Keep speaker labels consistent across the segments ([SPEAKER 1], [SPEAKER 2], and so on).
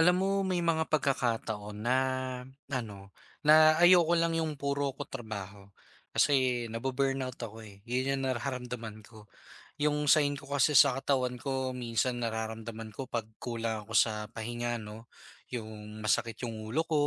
[SPEAKER 1] Alam mo may mga pagkakataon na ano, na ayoko lang yung puro ko trabaho. Kasi nabu-burnout ako, eh, yun yung nararamdaman ko. Yung sign ko kasi sa katawan ko minsan nararamdaman ko 'pag kulang ako sa pahinga 'no, yung masakit yung ulo ko,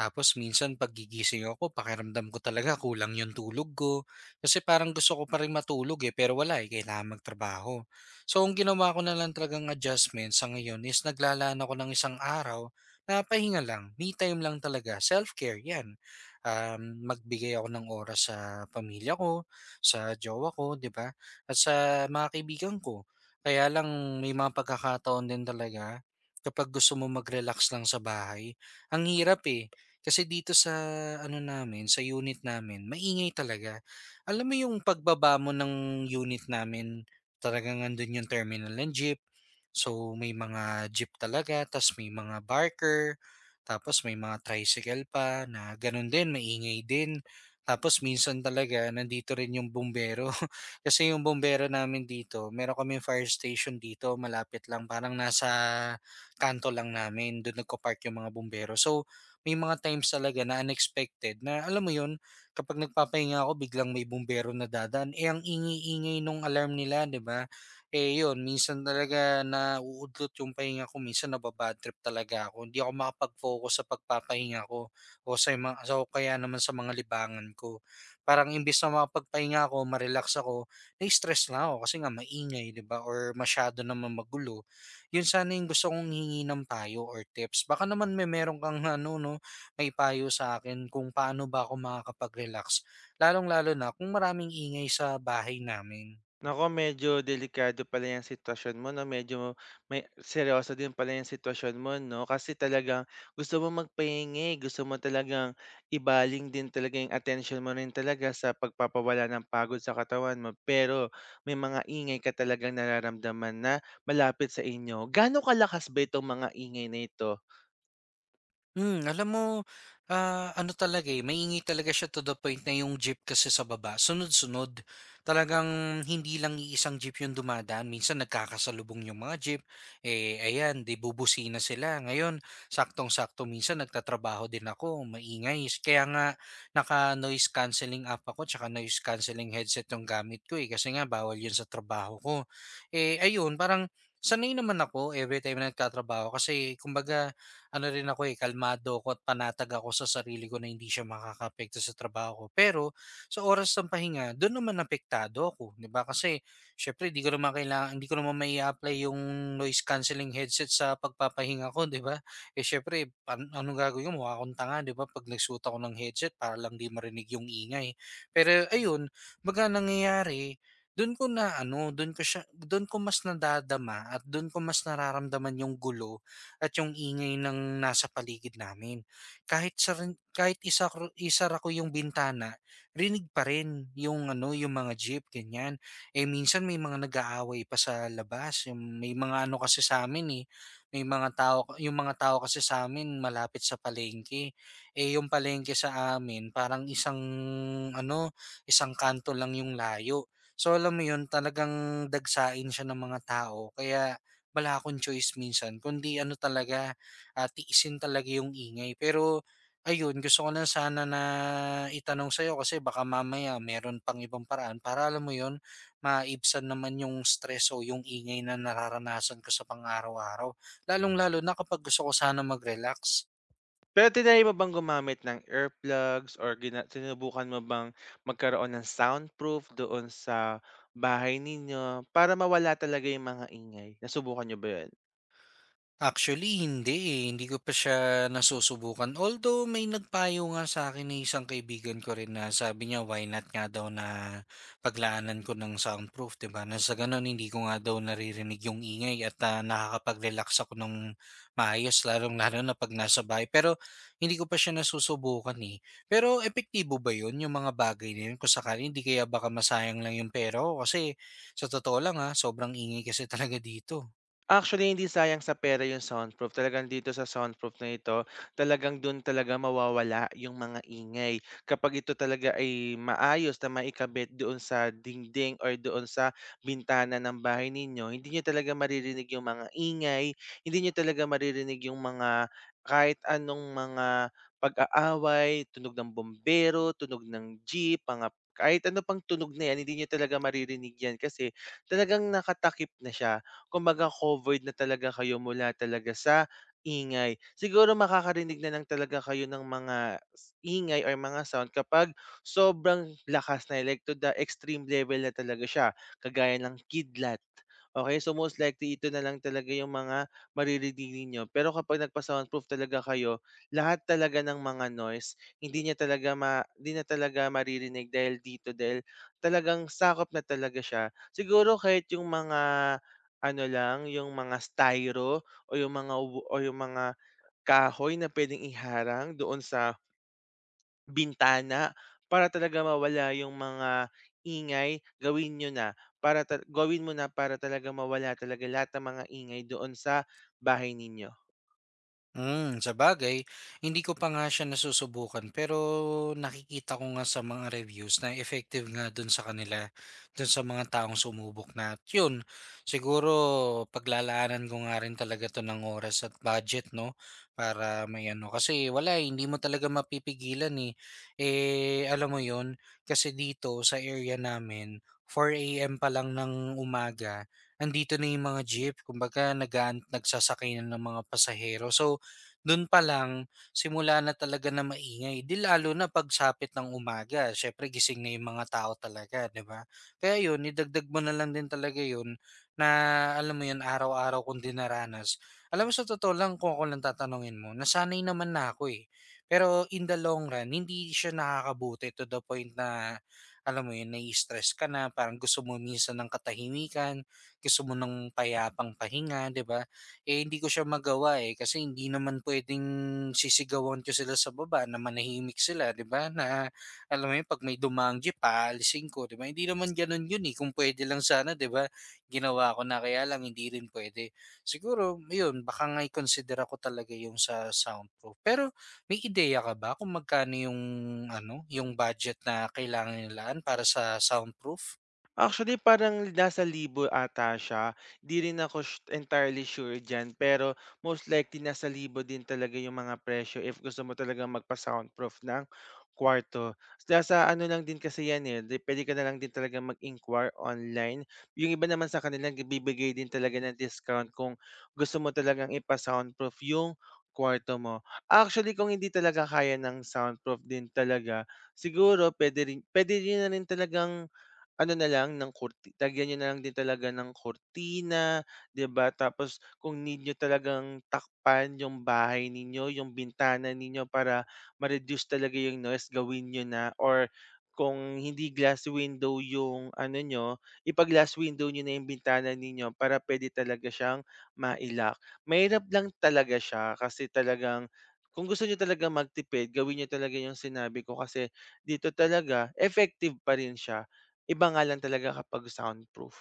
[SPEAKER 1] tapos minsan pagigising ako pakiramdam ko talaga kulang yung tulog ko, kasi parang gusto ko pa rin matulog, eh, pero wala, eh, kailangan magtrabaho. So ang ginawa ko na lang talagang adjustment sa ngayon is naglalaan ako ng isang araw na pahinga lang, me time lang talaga, self-care 'yan. Magbigay ako ng oras sa pamilya ko, sa jowa ko, 'di ba, at sa mga kaibigan ko. Kaya lang may mga pagkakataon din talaga kapag gusto mo mag-relax lang sa bahay, ang hirap, eh. Kasi dito sa ano namin, sa unit namin, maingay talaga. Alam mo yung pagbaba mo ng unit namin, talagang nandun yung terminal ng jeep. So may mga jeep talaga, tas may mga barker, tapos may mga tricycle pa na ganun din, maingay din. Tapos minsan talaga nandito rin yung bumbero. Kasi yung bumbero namin dito, meron kami fire station dito, malapit lang, parang nasa kanto lang namin, doon nagko-park yung mga bumbero. So may mga times talaga na unexpected na alam mo 'yun, kapag nagpapahinga ako biglang may bumbero na dadaan, eh, ang ingay-ingay nung alarm nila, 'di ba? Eh, 'yun minsan talaga na uudlot yung pahinga ko, minsan naba-bad trip talaga ako, hindi ako makapag-focus sa pagpapahinga ko o kaya naman sa mga libangan ko. Parang imbes na makapagpahinga ako, ako, na-stress lang ako kasi nga maingay, 'di ba, or masyado namang magulo, yun sana yung gusto kong hingi ng payo or tips. Baka naman meron kang ano, no, may payo sa akin kung paano ba ako makakapag-relax. Lalong-lalo na kung maraming ingay sa bahay namin.
[SPEAKER 2] Naku, medyo delikado pala 'yang sitwasyon mo 'no, medyo may seryoso din pala 'yang sitwasyon mo 'no, kasi talagang gusto mo magpahingi, gusto mo talagang ibaling din talaga 'yung atensyon mo rin talaga sa pagpapawala ng pagod sa katawan mo, pero may mga ingay ka talagang nararamdaman na malapit sa inyo. Gaano kalakas ba itong mga ingay na ito?
[SPEAKER 1] Hmm, alam mo, ano talaga, eh, maingay talaga siya to the point na yung jeep kasi sa baba, sunod-sunod. Talagang hindi lang iisang jeep yung dumadaan. Minsan nagkakasalubong yung mga jeep. Eh, ayan, di bubusina sila. Ngayon, saktong-sakto minsan nagtatrabaho din ako, maingay. Kaya nga, naka-noise cancelling app ako, tsaka noise cancelling headset yung gamit ko eh. Kasi nga, bawal yun sa trabaho ko. Eh, ayun, parang sanay naman ako every time na nagtatrabaho kasi kumbaga ano rin ako, eh, kalmado ako at panatag ako sa sarili ko na hindi siya makakaapekto sa trabaho ko. Pero sa oras ng pahinga, do'n naman apektado ako, 'di ba? Kasi siyempre hindi ko naman mai apply yung noise cancelling headset sa pagpapahinga ko, 'di ba? Eh, siyempre anong gagawin ko, mukha akong tanga, 'di ba, 'pag nagsuot ako ng headset para lang 'di marinig yung ingay. Pero ayun, 'baga nangyayari, do'n ko na ano, do'n ko siya do'n ko mas nadadama at do'n ko mas nararamdaman yung gulo at yung ingay ng nasa paligid namin. Kahit sar Kahit isara ko yung bintana, rinig pa rin yung ano, yung mga jeep, ganyan. Eh, minsan may mga nag-aaway pa sa labas, yung may mga ano kasi sa amin eh, may mga tao yung mga tao kasi sa amin malapit sa palengke. Eh, yung palengke sa amin parang isang ano, isang kanto lang yung layo. So, alam mo yun, talagang dagsain siya ng mga tao kaya wala akong choice minsan kundi ano talaga, tiisin talaga yung ingay. Pero ayun, gusto ko lang sana na itanong sa'yo kasi baka mamaya meron pang ibang paraan para alam mo yun, maibsan naman yung stress o yung ingay na nararanasan ko sa pang-araw-araw. Lalong-lalo na kapag gusto ko sana mag-relax.
[SPEAKER 2] Pero tinry mo bang gumamit ng earplugs or sinubukan mo bang magkaroon ng soundproof doon sa bahay ninyo para mawala talaga yung mga ingay? Nasubukan niyo ba yun?
[SPEAKER 1] Actually, hindi eh. Hindi ko pa siya nasusubukan. Although may nagpayo nga sa'kin na isang kaibigan ko rin na sabi niya, why not nga daw na paglaanan ko ng soundproof, 'di ba? Na sa gano'n hindi ko nga daw naririnig yung ingay at, nakakapag-relax ako ng maayos lalong-lalo na 'pag nasa bahay. Pero hindi ko pa siya nasusubukan, eh. Pero epektibo ba 'yun, yung mga bagay na 'yun kung sakali? Hindi kaya baka masayang lang yung pero kasi sa totoo lang, sobrang ingay kasi talaga dito.
[SPEAKER 2] Actually, hindi sayang sa pera yung soundproof. Talagang dito sa soundproof na ito, talagang dun talaga mawawala yung mga ingay. Kapag ito talaga ay maayos na maikabit doon sa dingding or doon sa bintana ng bahay ninyo, hindi nyo talaga maririnig yung mga ingay, hindi nyo talaga maririnig yung mga kahit anong mga pag-aaway, tunog ng bombero, tunog ng jeep, mga kahit ano pang tunog na yan, hindi nyo talaga maririnig yan kasi talagang nakatakip na siya, kumbaga covered na talaga kayo mula talaga sa ingay. Siguro makakarinig na lang talaga kayo ng ingay or mga sound kapag sobrang lakas na, like to the extreme level na talaga siya, kagaya ng kidlat. Okay, so most likely ito na lang talaga yung mga maririnig ninyo. Pero kapag nagpa-soundproof talaga kayo, lahat talaga ng mga noise, hindi na talaga maririnig dahil dito dahil talagang sakop na talaga siya. Siguro kahit yung mga ano lang, yung mga styro o yung mga ubo o yung mga kahoy na puwedeng iharang doon sa bintana para talaga mawala yung mga ingay, gawin niyo na, para ta gawin mo na para talaga mawala talaga lahat ng mga ingay doon sa bahay ninyo.
[SPEAKER 1] Hmm, sabagay, hindi ko pa nga siya nasusubukan pero nakikita ko nga sa mga reviews na effective nga dun sa kanila, dun sa mga taong sumubok na at yun, siguro paglalaanan ko nga rin talaga 'to ng oras at budget 'no, para may ano kasi wala, eh, hindi mo talaga mapipigilan, eh. Eh, alam mo yun, kasi dito sa area namin 4:00 AM pa lang ng umaga, andito na yung mga jeep kumbaga nagsasakay na ng mga pasahero. So dun pa lang simula na talaga na maingay, 'di lalo na pagsapit ng umaga siyempre gising na yung mga tao talaga, 'di ba? Kaya yun idagdag mo na lang din talaga yun na alam mo yun araw-araw kong dinaranas. Alam mo sa totoo lang kung ako lang tatanungin mo, nasanay naman na ako, eh. Pero in the long run hindi siya nakakabuti to the point na alam mo yun nai-stress ka na, parang gusto mo minsan ng katahimikan, gusto mo ng payapang pahinga, 'di ba? Eh, hindi ko siya magawa, eh, kasi hindi naman puwedeng sisigawan ko sila sa baba na manahimik sila, 'di ba, na alam mo 'yun, 'pag may dumaang jeep aalisin ko, 'di ba, hindi naman gano'n 'yun, eh, kung puwede lang sana, 'di ba, ginawa ko na, kaya lang hindi rin puwede. Siguro ayun, baka nga i-consider ko talaga yung sa soundproof. Pero may ideya ka ba kung magkano yung ano, yung budget na kailangan nilaan para sa soundproof?
[SPEAKER 2] Actually, parang nasa 1,000 ata siya. 'Di rin ako entirely sure diyan, pero most likely nasa 1,000 din talaga yung mga presyo if gusto mo talaga magpa-soundproof ng kwarto. Nasa ano lang din kasi 'yan, eh, di puwede ka na lang din talaga mag-inquire online. Yung iba naman sa kanila nagbibigay din talaga ng discount kung gusto mo talagang ipa-soundproof yung kuwarto mo. Actually, kung hindi talaga kaya ng soundproof din talaga, siguro puwede niyo na rin talagang ano na lang ng kurti lagyan niyo na lang din talaga ng kurtina, 'di ba? Tapos kung need niyo talagang takpan yung bahay ninyo, yung bintana ninyo para ma-reduce talaga yung noise, gawin niyo na, or kung hindi glass window yung ano niyo, ipa-glass window niyo na yung bintana ninyo para puwede talaga siyang mailak. Mahirap lang talaga siya kasi talagang kung gusto niyo talaga magtipid, gawin niyo talaga yung sinabi ko kasi dito talaga effective pa rin siya. Iba nga lang talaga kapag soundproof.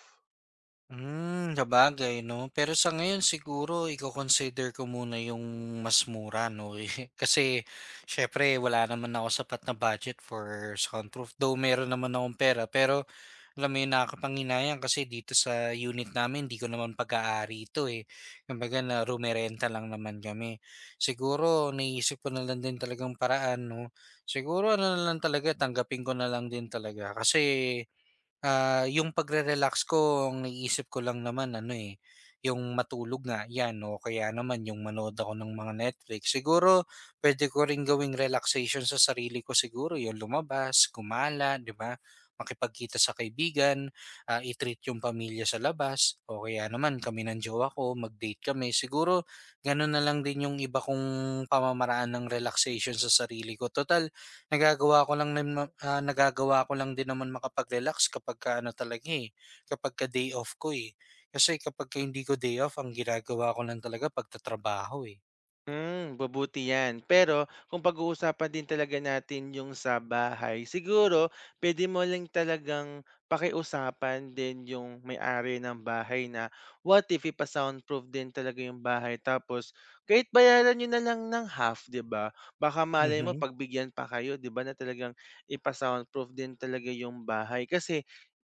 [SPEAKER 1] Hmm, sabagay 'no. Pero sa ngayon siguro iko-consider ko muna yung mas mura 'no, eh, kasi siyempre wala naman ako sapat na budget for soundproof. Though meron naman akong pera, pero alam mo yun, nakakapanghinayang kasi dito sa unit namin hindi ko naman pag-aari ito, eh. Kumbaga na rumerenta lang naman kami. Siguro naisip ko na lang din talagang paraan 'no, siguro ano na lang talaga, tanggapin ko na lang din talaga kasi yung pagre-relax ko ang naiisip ko lang naman ano, eh, yung matulog nga 'yan o kaya naman yung manood ako ng mga Netflix. Siguro pwede ko rin gawing relaxation sa sarili ko siguro yung lumabas, gumala, 'di ba, makipagkita sa kaibigan, i-treat yung pamilya sa labas o kaya naman kami ng jowa ko mag-date kami. Siguro gano'n na lang din yung iba kong pamamaraan ng relaxation sa sarili ko. Nagagawa ko lang din naman makapag-relax kapagka ano talaga, eh, kapagka day off ko, eh. Kasi kapagka hindi ko day off ang ginagawa ko lang talaga pagtatrabaho, eh.
[SPEAKER 2] Babuti 'yan. Pero kung pag-uusapan din talaga natin yung sa bahay, siguro puwede mo lang talagang pakiusapan din yung may-ari ng bahay na, what if ipa-soundproof din talaga yung bahay tapos kahit bayaran niyo na lang ng half, 'di ba? Baka malay mo
[SPEAKER 1] Mhm.
[SPEAKER 2] pagbigyan pa kayo, 'di ba, na talagang ipa-soundproof din talaga yung bahay. Kasi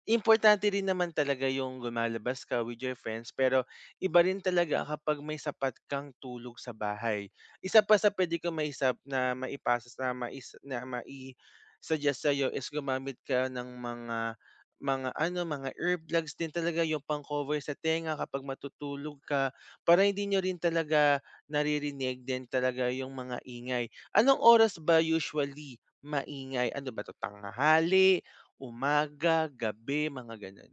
[SPEAKER 2] importante rin naman talaga yung lumalabas ka with your friends pero iba rin talaga kapag may sapat kang tulog sa bahay. Isa pa sa puwede kong maisab na maipasa na mais na mai-suggest sa'yo is gumamit ka ng mga ano, mga earplugs din talaga, yung pang-cover sa tenga kapag matutulog ka, para hindi niyo rin talaga naririnig din talaga yung mga ingay. Anong oras ba usually maingay? Ano ba 'to, tanghali, umaga, gabi, mga gano'n?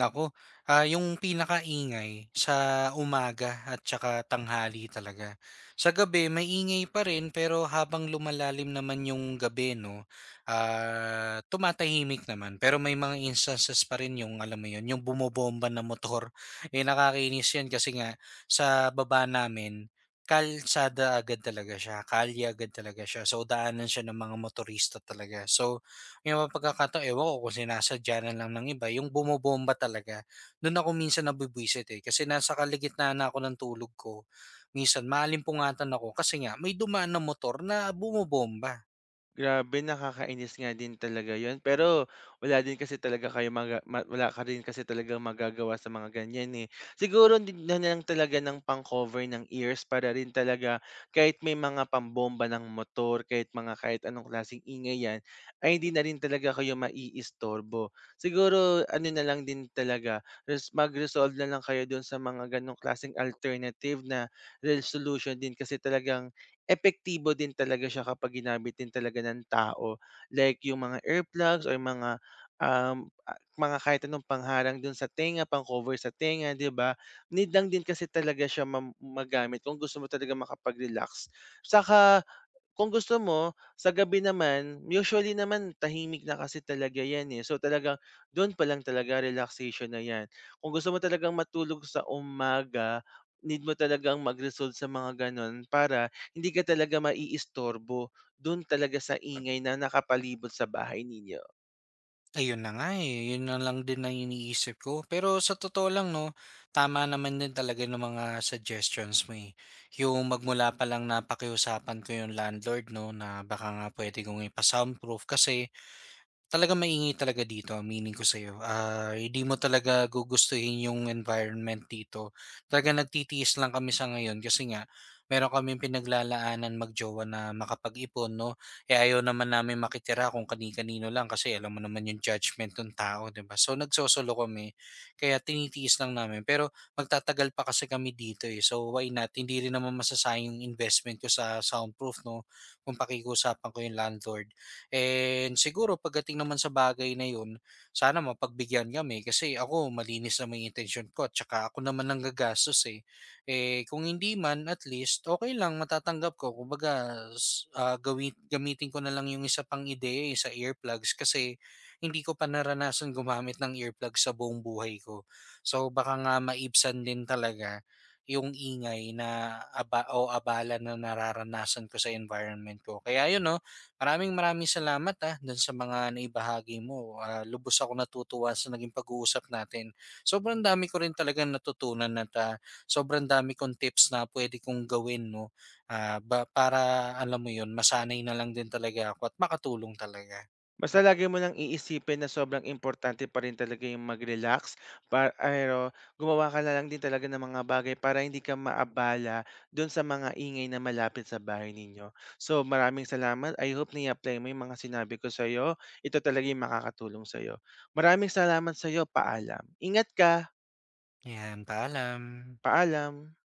[SPEAKER 1] Nako, yung pinakaingay sa umaga at saka tanghali talaga. Sa gabi maingay pa rin pero habang lumalalim naman yung gabi 'no, tumatahimik naman. Pero may mga instances pa rin yung alam mo yun, yung bumobomba na motor. Eh, nakakainis yun kasi nga sa baba namin, kalsada agad talaga siya, kalye agad talaga siya. So, daanan siya ng mga motorista talaga. So may mga pagkakataon, ewan ko kung sinasadya na lang ng iba, yung bumobomba talaga. Do'n ako minsan nabubwisit, eh, kasi nasa kalagitnaan na ako ng tulog ko. Minsan maalimpungatan ako kasi nga may dumaan na motor na bumobomba.
[SPEAKER 2] Grabe, nakakainis nga din talaga 'yun, pero wala ka rin kasi talaga magagawa sa mga ganiyan, eh. Siguro hindi na lang talaga ng pang-cover ng ears para rin talaga kahit may mga pambomba ng motor, kahit anong klaseng ingay 'yan, ay hindi na rin talaga kayo maiistorbo. Siguro ano na lang din talaga, mag-resolve na lang kayo do'n sa mga gano'ng klaseng alternative na resolution din kasi talagang epektibo din talaga siya kapag ginamit din talaga ng tao. Like yung mga earplugs or mga, mga kahit anong pangharang dun sa tenga, pang-cover sa tenga, 'di ba? Need lang din kasi talaga siya magamit kung gusto mo talaga makapag-relax. Saka kung gusto mo, sa gabi naman, usually naman tahimik na kasi talaga 'yan, eh. So, talagang do'n pa lang talaga relaxation na 'yan. Kung gusto mo talagang matulog sa umaga, need mo talagang mag-resolve sa mga gano'n para hindi ka talaga maiistorbo do'n talaga sa ingay na nakapalibot sa bahay ninyo.
[SPEAKER 1] Ayun na nga, eh, yun na lang din ang iniisip ko. Pero sa totoo lang 'no, tama naman din talaga yung mga suggestions mo, eh. Yung magmula pa lang napakiusapan ko yung landlord 'no, na baka nga puwede kong ipa-soundproof kasi maingay talaga dito aminin ko sa'yo, hindi mo talaga gugustuhin yung environment dito. Talaga nagtitiis lang kami sa ngayon kasi nga meron kami pinaglalaanan na makapag-ipon 'no, eh, ayaw naman namin makitira kung kani-kanino lang kasi alam mo naman yung judgment ng tao 'di ba? So, nagsosolo kami kaya tinitiis lang namin pero magtatagal pa kasi kami dito, eh, so why not? Hindi rin naman masasayang yung investment ko sa soundproof 'no, kung pakikiusapan ko yung landlord. And siguro pagdating naman sa bagay na yun, sana mapagbigyan kami kasi ako malinis naman yung intention ko at saka ako naman ang gagastos eh. Eh kung hindi man at least okay lang matatanggap ko kumbaga s ah, gawin gamitin ko na lang yung isa pang ideya, eh, sa earplugs kasi hindi ko pa naranasan gumamit ng earplugs sa buong buhay ko. So baka nga maibsan din talaga yung ingay na abala na nararanasan ko sa environment ko. Kaya yun 'no, Maraming maraming salamat ah, dun sa mga naibahagi mo. Ah, lubos ako natutuwa sa naging pag-uusap natin. Sobrang dami ko rin talagang natutunan at ah, sobrang dami kong tips na pwede kong gawin no. Para alam mo 'yun, masanay na lang din talaga ako at makatulong talaga.
[SPEAKER 2] Basta lagi mo lang iisipin na sobrang importante pa rin talaga yung mag-relax pa pero gumawa ka na lang din talaga ng mga bagay para hindi ka maabala dun sa mga ingay na malapit sa bahay ninyo. So, maraming salamat. I hope nai-apply mo yung mga sinabi ko sa'yo. Ito talaga yung makakatulong sa'yo. Maraming salamat sa'yo. Paalam. Ingat ka.
[SPEAKER 1] Ayan, paalam.
[SPEAKER 2] Paalam.